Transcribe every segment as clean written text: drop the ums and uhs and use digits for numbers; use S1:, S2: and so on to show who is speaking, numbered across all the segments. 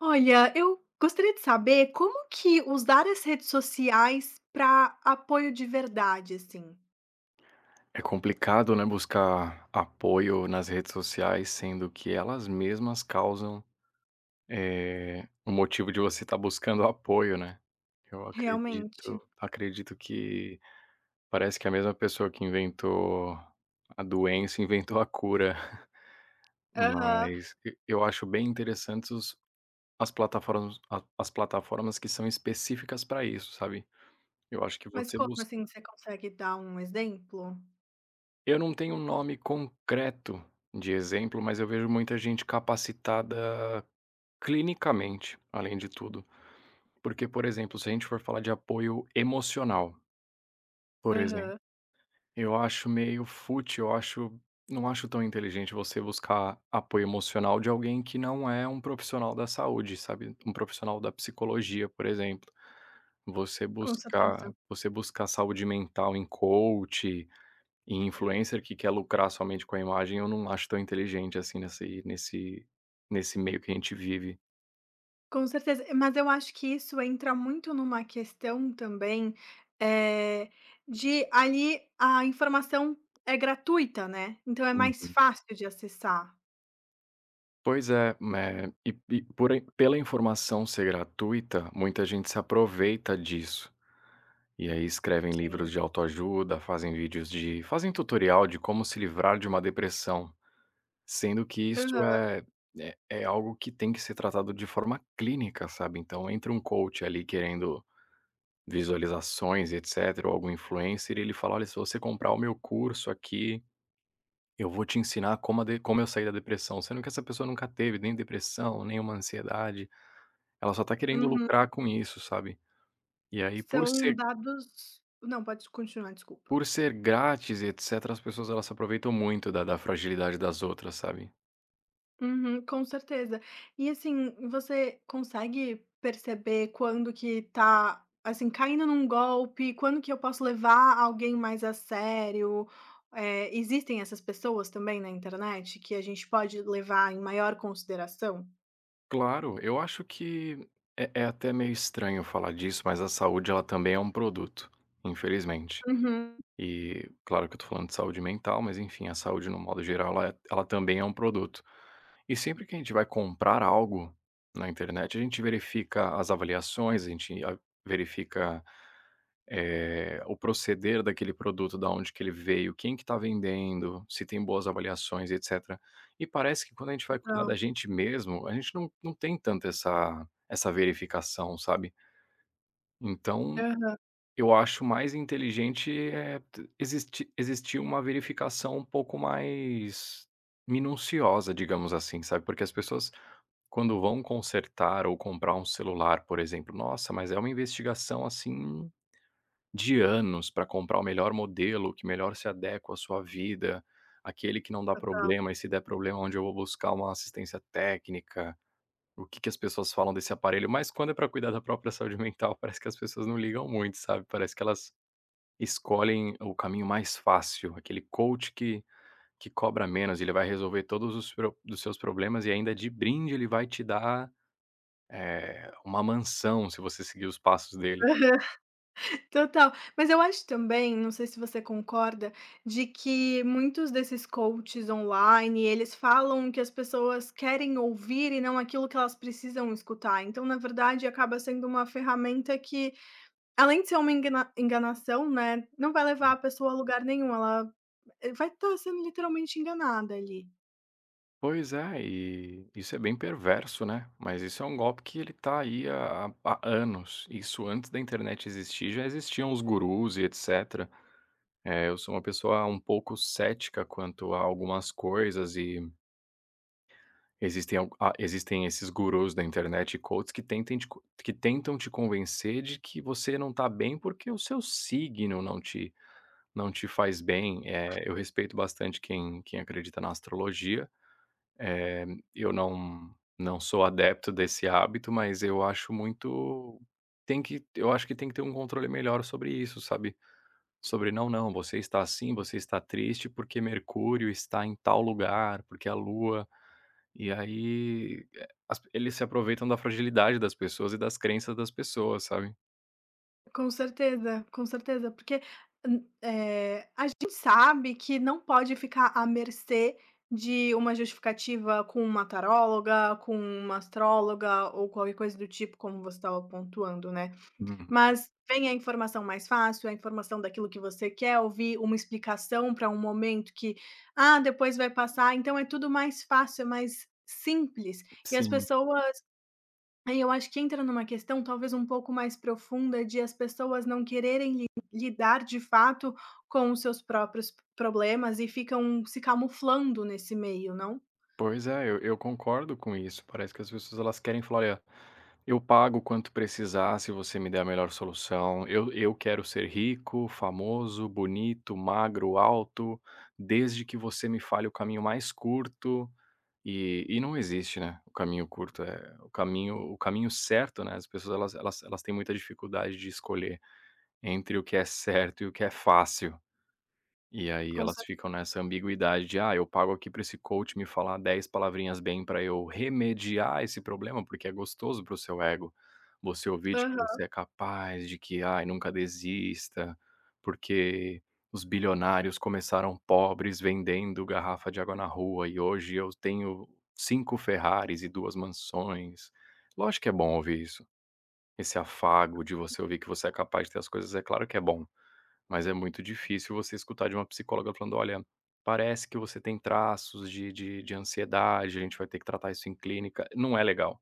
S1: Olha, eu gostaria de saber como que usar as redes sociais para apoio de verdade, assim,
S2: É complicado, né, buscar apoio nas redes sociais, sendo que elas mesmas causam, o motivo de você estar buscando apoio, né. Eu
S1: realmente.
S2: acredito que parece que a mesma pessoa que inventou a doença, inventou a cura.
S1: Aham.
S2: Mas e eu acho bem interessantes os as plataformas a as plataformas que são específicas para isso, sabe. Eu acho que
S1: Mas
S2: você
S1: como,
S2: bus
S1: assim, você consegue dar um exemplo?
S2: Eu não tenho um nome concreto de exemplo, mas eu vejo muita gente capacitada clinicamente, além de tudo. Porque, por exemplo, se a gente for falar de apoio emocional, por exemplo,
S1: Aham,
S2: eu acho meio fútil, eu acho, não acho tão inteligente você buscar apoio emocional de alguém que não é um profissional da saúde, sabe? Um profissional da psicologia, por exemplo. Você
S1: com
S2: buscar,
S1: certeza.
S2: você buscar saúde mental em coach, e influencer que quer lucrar somente com a imagem, eu não acho tão inteligente assim nesse meio que a gente vive.
S1: Com certeza. Mas eu acho que isso entra muito numa questão também, eh, de ali a informação é gratuita, né, então é mais
S2: Uhum.
S1: fácil de acessar.
S2: Pois é, né, e por aí pela informação ser gratuita, muita gente se aproveita disso. E aí escrevem livros
S1: Sim.
S2: de autoajuda, fazem tutorial de como se livrar de uma depressão, sendo que isso
S1: Aham.
S2: é algo que tem que ser tratado de forma clínica, sabe. Então entra um coach ali querendo visualizações, etcétera, ou algum influencer, e ele fala: "Olha, se você comprar o meu curso aqui, eu vou te ensinar como a de como eu saí da depressão", sendo que essa pessoa nunca teve nem depressão, nem uma ansiedade, ela só tá querendo lucrar
S1: Uhum.
S2: com isso, sabe. E aí por
S1: São
S2: ser
S1: dados não, pode continuar, desculpa.
S2: por ser grátis e etcétera, as pessoas elas se aproveitam muito da da fragilidade das outras, sabe.
S1: Uhum, com certeza. E assim, você consegue perceber quando que tá, assim, caindo num golpe, quando que eu posso levar alguém mais a sério? Eh, existem essas pessoas também na internet que a gente pode levar em maior consideração?
S2: Claro, eu acho que é até meio estranho falar disso, mas a saúde ela também é um produto, infelizmente.
S1: Uhum,
S2: E claro que eu tô falando de saúde mental, mas enfim, a saúde no modo geral ela é ela também é um produto. E sempre que a gente vai comprar algo na internet, a gente verifica as avaliações, a gente a verifica, o proceder daquele produto, da onde que ele veio, quem que está vendendo, se tem boas avaliações e etcétera. E parece que quando a gente vai cuidar da
S1: então.
S2: gente mesmo, a gente não não tem tanto essa verificação, sabe. Então
S1: Aham,
S2: eu acho mais inteligente, eh, t existi existir uma verificação um pouco mais minuciosa, digamos assim, sabe, porque as pessoas quando vão consertar ou comprar um celular, por exemplo, nossa, mas é uma investigação, assim, de anos para comprar o melhor modelo, que melhor se adequa à sua vida, aquele que não dá
S1: total.
S2: problema, e se der problema onde eu vou buscar uma assistência técnica, o que que as pessoas falam desse aparelho, mas quando é para cuidar da própria saúde mental, parece que as pessoas não ligam muito, sabe, parece que elas escolhem o caminho mais fácil, aquele coach que cobra menos, ele vai resolver todos os pro dos seus problemas e ainda de brinde ele vai te dar, uma mansão se você seguir os passos dele.
S1: Total. Mas eu acho também, não sei se você concorda, de que muitos desses coaches online, eles falam que as pessoas querem ouvir e não aquilo que elas precisam escutar. Então, na verdade, acaba sendo uma ferramenta que, além de ser uma enganação, né, não vai levar a pessoa a lugar nenhum, ela vai estar sendo literalmente enganada ali.
S2: Pois é, e isso é bem perverso, né, mas isso é um golpe que ele tá aí há anos, isso antes da internet existir já existiam os gurus e etcétera. Eu sou uma pessoa um pouco cética quanto a algumas coisas e existem esses gurus da internet e coaches que tentam te convencer de que você não está bem, porque o seu signo não te faz bem. Eu respeito bastante quem acredita na astrologia, eh, eu não sou adepto desse hábito, mas eu acho que tem que ter um controle melhor sobre isso, sabe. Sobre: "Não, não, você está assim, você está triste porque Mercúrio está em tal lugar, porque a Lua". E aí, eh, as eles se aproveitam da fragilidade das pessoas e das crenças das pessoas, sabe?
S1: Com certeza, porque, a gente sabe que não pode ficar à mercê de uma justificativa com uma taróloga, com uma astróloga ou qualquer coisa do tipo, como você estava pontuando, né.
S2: Uhum.
S1: Mas vem a informação mais fácil, a informação daquilo que você quer ouvir, uma explicação para um momento que: "Ah, depois vai passar", então é tudo mais fácil, é mais simples, e as
S2: Sim,
S1: pessoas. Aí eu acho que entra numa questão talvez um pouco mais profunda de as pessoas não quererem li lidar de fato com os seus próprios problemas e ficam se camuflando nesse meio, não?
S2: pois é, eu concordo com isso. Parece que as pessoas elas querem falar: "Olha, eu pago quanto precisar se você me der a melhor solução. Eu quero ser rico, famoso, bonito, magro, alto, desde que você me fale o caminho mais curto". E não existe, né, o caminho curto, é o caminho certo, né, as pessoas elas têm muita dificuldade de escolher entre o que é certo e o que é fácil. E aí
S1: Com
S2: elas
S1: cer
S2: ficam nessa ambiguidade de: "Ah, eu pago aqui para esse coach me falar 10 palavrinhas bem para eu remediar esse problema", porque é gostoso para o seu ego, você ouvir de que
S1: aham,
S2: você é capaz, de que, ai, nunca desista, porque os bilionários começaram pobres vendendo garrafa de água na rua e hoje eu tenho 5 Ferraris e 2 mansões. Lógico que é bom ouvir isso. Esse afago de você ouvir que você é capaz de ter as coisas, é claro que é bom, mas é muito difícil você escutar de uma psicóloga falando: "Olha, parece que você tem traços de ansiedade, a gente vai ter que tratar isso em clínica", não é legal.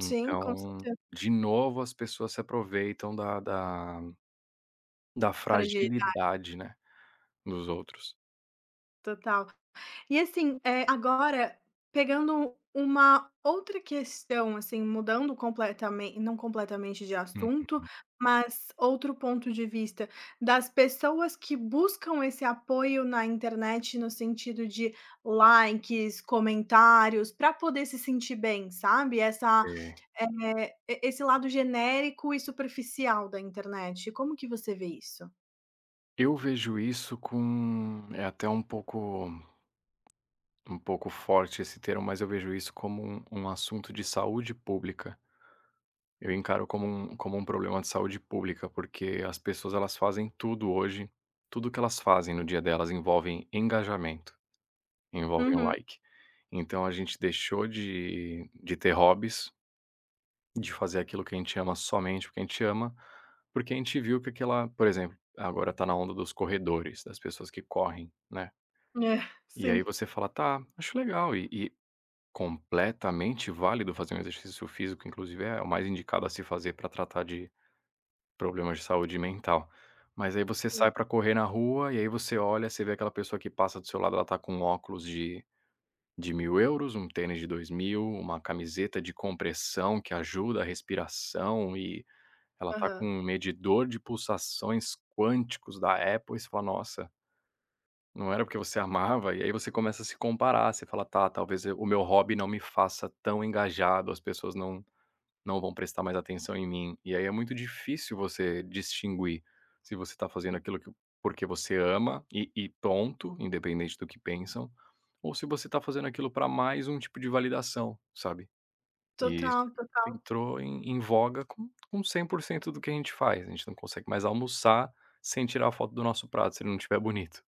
S1: sim, com certeza.
S2: de novo as pessoas se aproveitam da da da
S1: Fragilidade
S2: fragilidade, né, dos outros.
S1: total. E assim, agora pegando uma outra questão, assim, mudando completamente não completamente de
S2: Hum,
S1: assunto, mas outro ponto de vista, das pessoas que buscam esse apoio na internet no sentido de likes, comentários, para poder se sentir bem, sabe,
S2: é.
S1: e esse lado genérico e superficial da internet, como que você vê isso?
S2: Eu vejo isso com é até um pouco forte esse termo, mas eu vejo isso como um assunto de saúde pública. Eu encaro como um problema de saúde pública, porque as pessoas elas fazem tudo hoje, tudo que elas fazem no dia delas envolvem engajamento, envolvem o
S1: Uhum.
S2: like. Então a gente deixou de ter hobbies, de fazer aquilo que a gente ama somente porque a gente ama, porque a gente viu que aquela por exemplo, agora tá na onda dos corredores, das pessoas que correm, né.
S1: É,
S2: E aí
S1: sim.
S2: você fala: "Tá, acho legal", e completamente válido fazer um exercício físico, inclusive é o mais indicado a se fazer para tratar de problemas de saúde mental. Mas aí você
S1: É.
S2: sai pra correr na rua e aí você olha, você vê aquela pessoa que passa do seu lado, ela tá com um óculos de 1000 euros, um tênis de 2000, uma camiseta de compressão que ajuda a respiração e ela tá com
S1: Aham.
S2: um medidor de pulsações quânticos da Apple e você fala: "Nossa, não era porque você amava", e aí você começa a se comparar, você fala: "Tá, talvez eu o meu hobby não me faça tão engajado, as pessoas não vão prestar mais atenção em mim. E aí é muito difícil você distinguir se você está fazendo aquilo que, porque você ama e ponto, independente do que pensam, ou se você está fazendo aquilo para mais um tipo de validação, sabe?". E isso
S1: Total.
S2: entrou em voga com 100% do que a gente faz. A gente não consegue mais almoçar sem tirar a foto do nosso prato se ele não estiver bonito.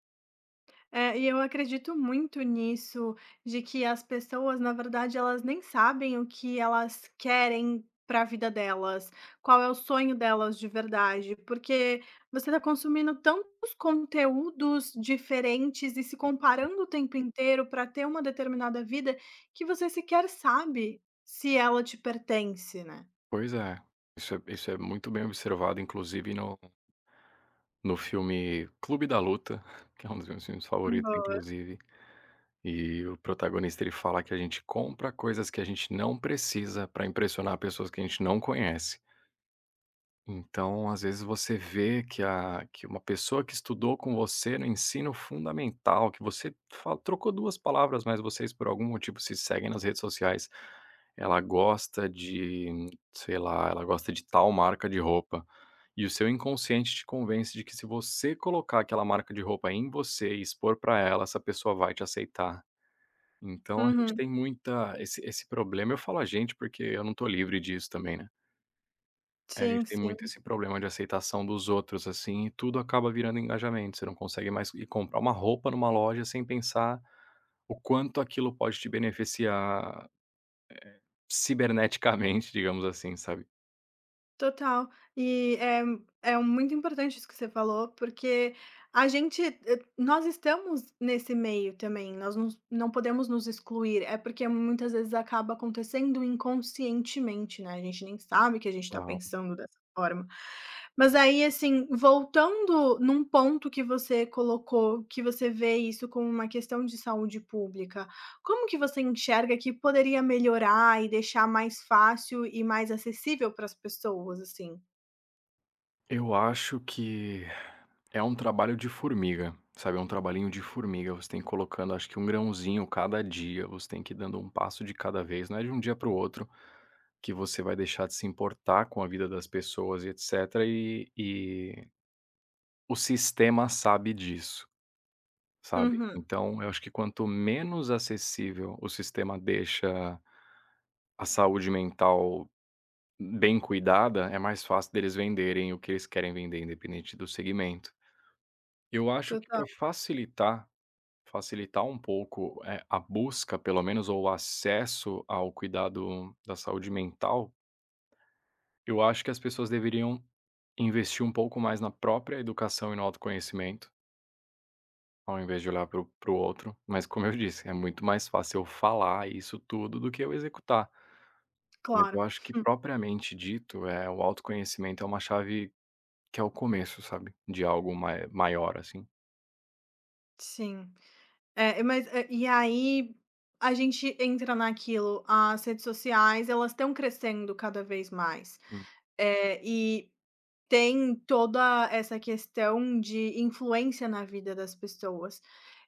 S1: É, e eu acredito muito nisso, de que as pessoas, na verdade, elas nem sabem o que elas querem para a vida delas, qual é o sonho delas de verdade, porque você está consumindo tantos conteúdos diferentes e se comparando o tempo inteiro para ter uma determinada vida que você sequer sabe se ela te pertence, né.
S2: Pois é. Isso é, isso é muito bem observado, inclusive no filme Clube da Luta, que é um dos meus filmes favoritos,
S1: Uhum.
S2: inclusive. E o protagonista ele fala que a gente compra coisas que a gente não precisa para impressionar pessoas que a gente não conhece. Então, às vezes você vê que a que uma pessoa que estudou com você no ensino fundamental, que você fa trocou 2 palavras, mas vocês por algum motivo se seguem nas redes sociais, ela gosta de, sei lá, ela gosta de tal marca de roupa, e o seu inconsciente te convence de que se você colocar aquela marca de roupa em você e expor para ela, essa pessoa vai te aceitar. Então a gente
S1: Uhum.
S2: tem muita esse problema, eu falo a gente, porque eu não tô livre disso também, né. A gente
S1: Sim,
S2: tem muito
S1: sim.
S2: esse problema de aceitação dos outros, assim, e tudo acaba virando engajamento, você não consegue mais ir comprar uma roupa numa loja sem pensar o quanto aquilo pode te beneficiar ciberneticamente, digamos assim, sabe.
S1: Total. E é muito importante isso que você falou, porque a gente nós estamos nesse meio também, nós nos não podemos nos excluir, é porque muitas vezes acaba acontecendo inconscientemente, né, a gente nem sabe que a gente está
S2: Uau.
S1: pensando dessa forma. Mas aí, assim, voltando num ponto que você colocou, que você vê isso como uma questão de saúde pública, como que você enxerga que poderia melhorar e deixar mais fácil e mais acessível para as pessoas, assim?
S2: Eu acho que é um trabalho de formiga, sabe, é um trabalhinho de formiga, você tem que ir colocando acho que um grãozinho cada dia, você tem que ir dando um passo de cada vez, não é de um dia para o outro que você vai deixar de se importar com a vida das pessoas e etcétera, e o sistema sabe disso, sabe.
S1: Uhum,
S2: Então eu acho que quanto menos acessível o sistema deixa a saúde mental bem cuidada, é mais fácil deles venderem o que eles querem vender independente do segmento. Eu acho que
S1: total,
S2: para facilitar Facilitar um pouco, a busca pelo menos ou o acesso ao cuidado da saúde mental, eu acho que as pessoas deveriam investir um pouco mais na própria educação e no autoconhecimento, ao invés de olhar para o outro. Mas como eu disse, é muito mais fácil eu falar isso tudo do que eu executar. Mas eu
S1: claro.
S2: acho que
S1: Hum.
S2: propriamente dito, é o autoconhecimento é uma chave que é o começo, sabe, de algo maior, assim.
S1: Sim. É, mas, e aí a gente entra naquilo, as redes sociais, elas estão crescendo cada vez mais.
S2: Hum,
S1: E tem toda essa questão de influência na vida das pessoas.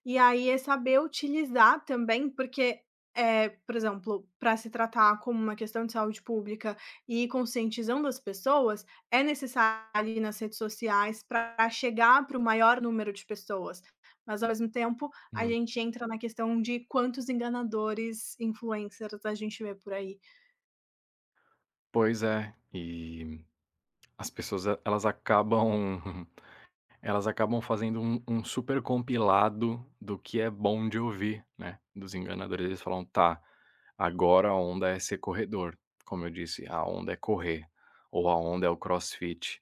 S1: E aí é saber utilizar também, porque, é por exemplo, para se tratar como uma questão de saúde pública e ir conscientizando as pessoas, é necessário ali nas redes sociais para chegar para o maior número de pessoas. Mas, ao mesmo tempo, a
S2: hum.
S1: gente entra na questão de quantos enganadores, influencers a gente vê por aí.
S2: Pois é, e as pessoas elas acabam Elas acabam fazendo um super compilado do que é bom de ouvir, né, dos enganadores. Eles falam: "Tá, agora a onda é ser corredor", como eu disse, a onda é correr, ou a onda é o crossfit.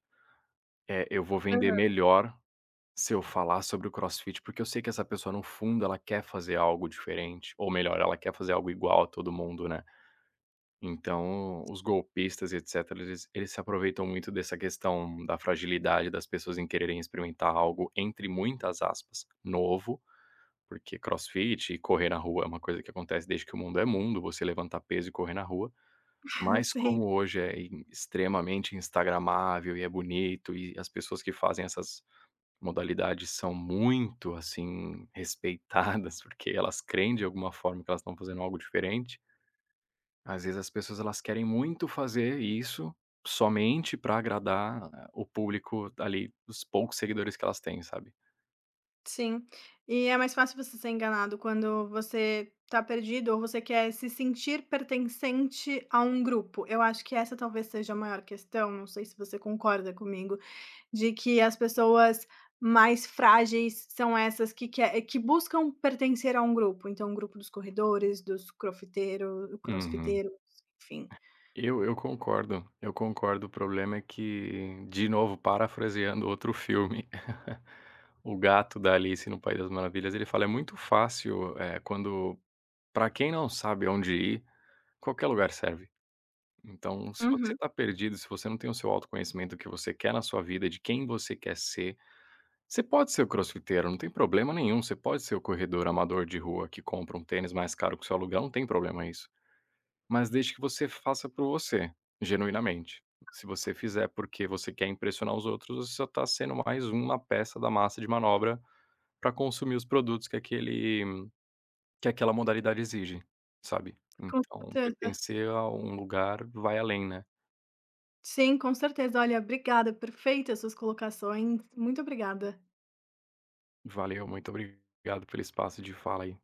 S2: É, eu vou vender melhor se eu falar sobre o crossfit, porque eu sei que essa pessoa no fundo ela quer fazer algo diferente, ou melhor, ela quer fazer algo igual a todo mundo, né. Então, os golpistas e etcétera, eles se aproveitam muito dessa questão da fragilidade das pessoas em quererem experimentar algo, entre muitas aspas, "novo", porque crossfit e correr na rua é uma coisa que acontece desde que o mundo é mundo, você levantar peso e correr na rua, mas
S1: Sim.
S2: como hoje é in extremamente instagramável e é bonito e as pessoas que fazem essas modalidades são muito, assim, respeitadas, porque elas creem de alguma forma que elas estão fazendo algo diferente, às vezes as pessoas elas querem muito fazer isso somente para agradar o público ali, os poucos seguidores que elas têm, sabe?
S1: Sim. E é mais fácil você ser enganado quando você tá perdido ou você quer se sentir pertencente a um grupo. Eu acho que essa talvez seja a maior questão, não sei se você concorda comigo, de que as pessoas mais frágeis são essas que que buscam pertencer a um grupo, então o grupo dos corredores, dos crofiteiro
S2: Uhum.
S1: crossfiteiros, enfim.
S2: Eu concordo, eu concordo. O problema é que, de novo, parafraseando outro filme, o gato da Alice no País das Maravilhas, ele fala: "É muito fácil, quando para quem não sabe aonde ir, qualquer lugar serve". Então, se você
S1: Uhum,
S2: tá perdido, se você não tem o seu autoconhecimento do que você quer na sua vida, de quem você quer ser. Você pode ser o crossfiteiro, não tem problema nenhum, você pode ser o corredor amador de rua que compra um tênis mais caro que o seu aluguel, não tem problema isso. Mas desde que você faça por você, genuinamente. Se você fizer porque você quer impressionar os outros, você só tá sendo mais uma peça da massa de manobra para consumir os produtos que aquele que aquela modalidade exige, sabe.
S1: com
S2: Então
S1: certeza.
S2: pertencer a um lugar vai além, né.
S1: Sim, com certeza. Olha, obrigada, perfeitas suas colocações. Muito obrigada.
S2: Valeu, muito obrigado pelo espaço de fala aí.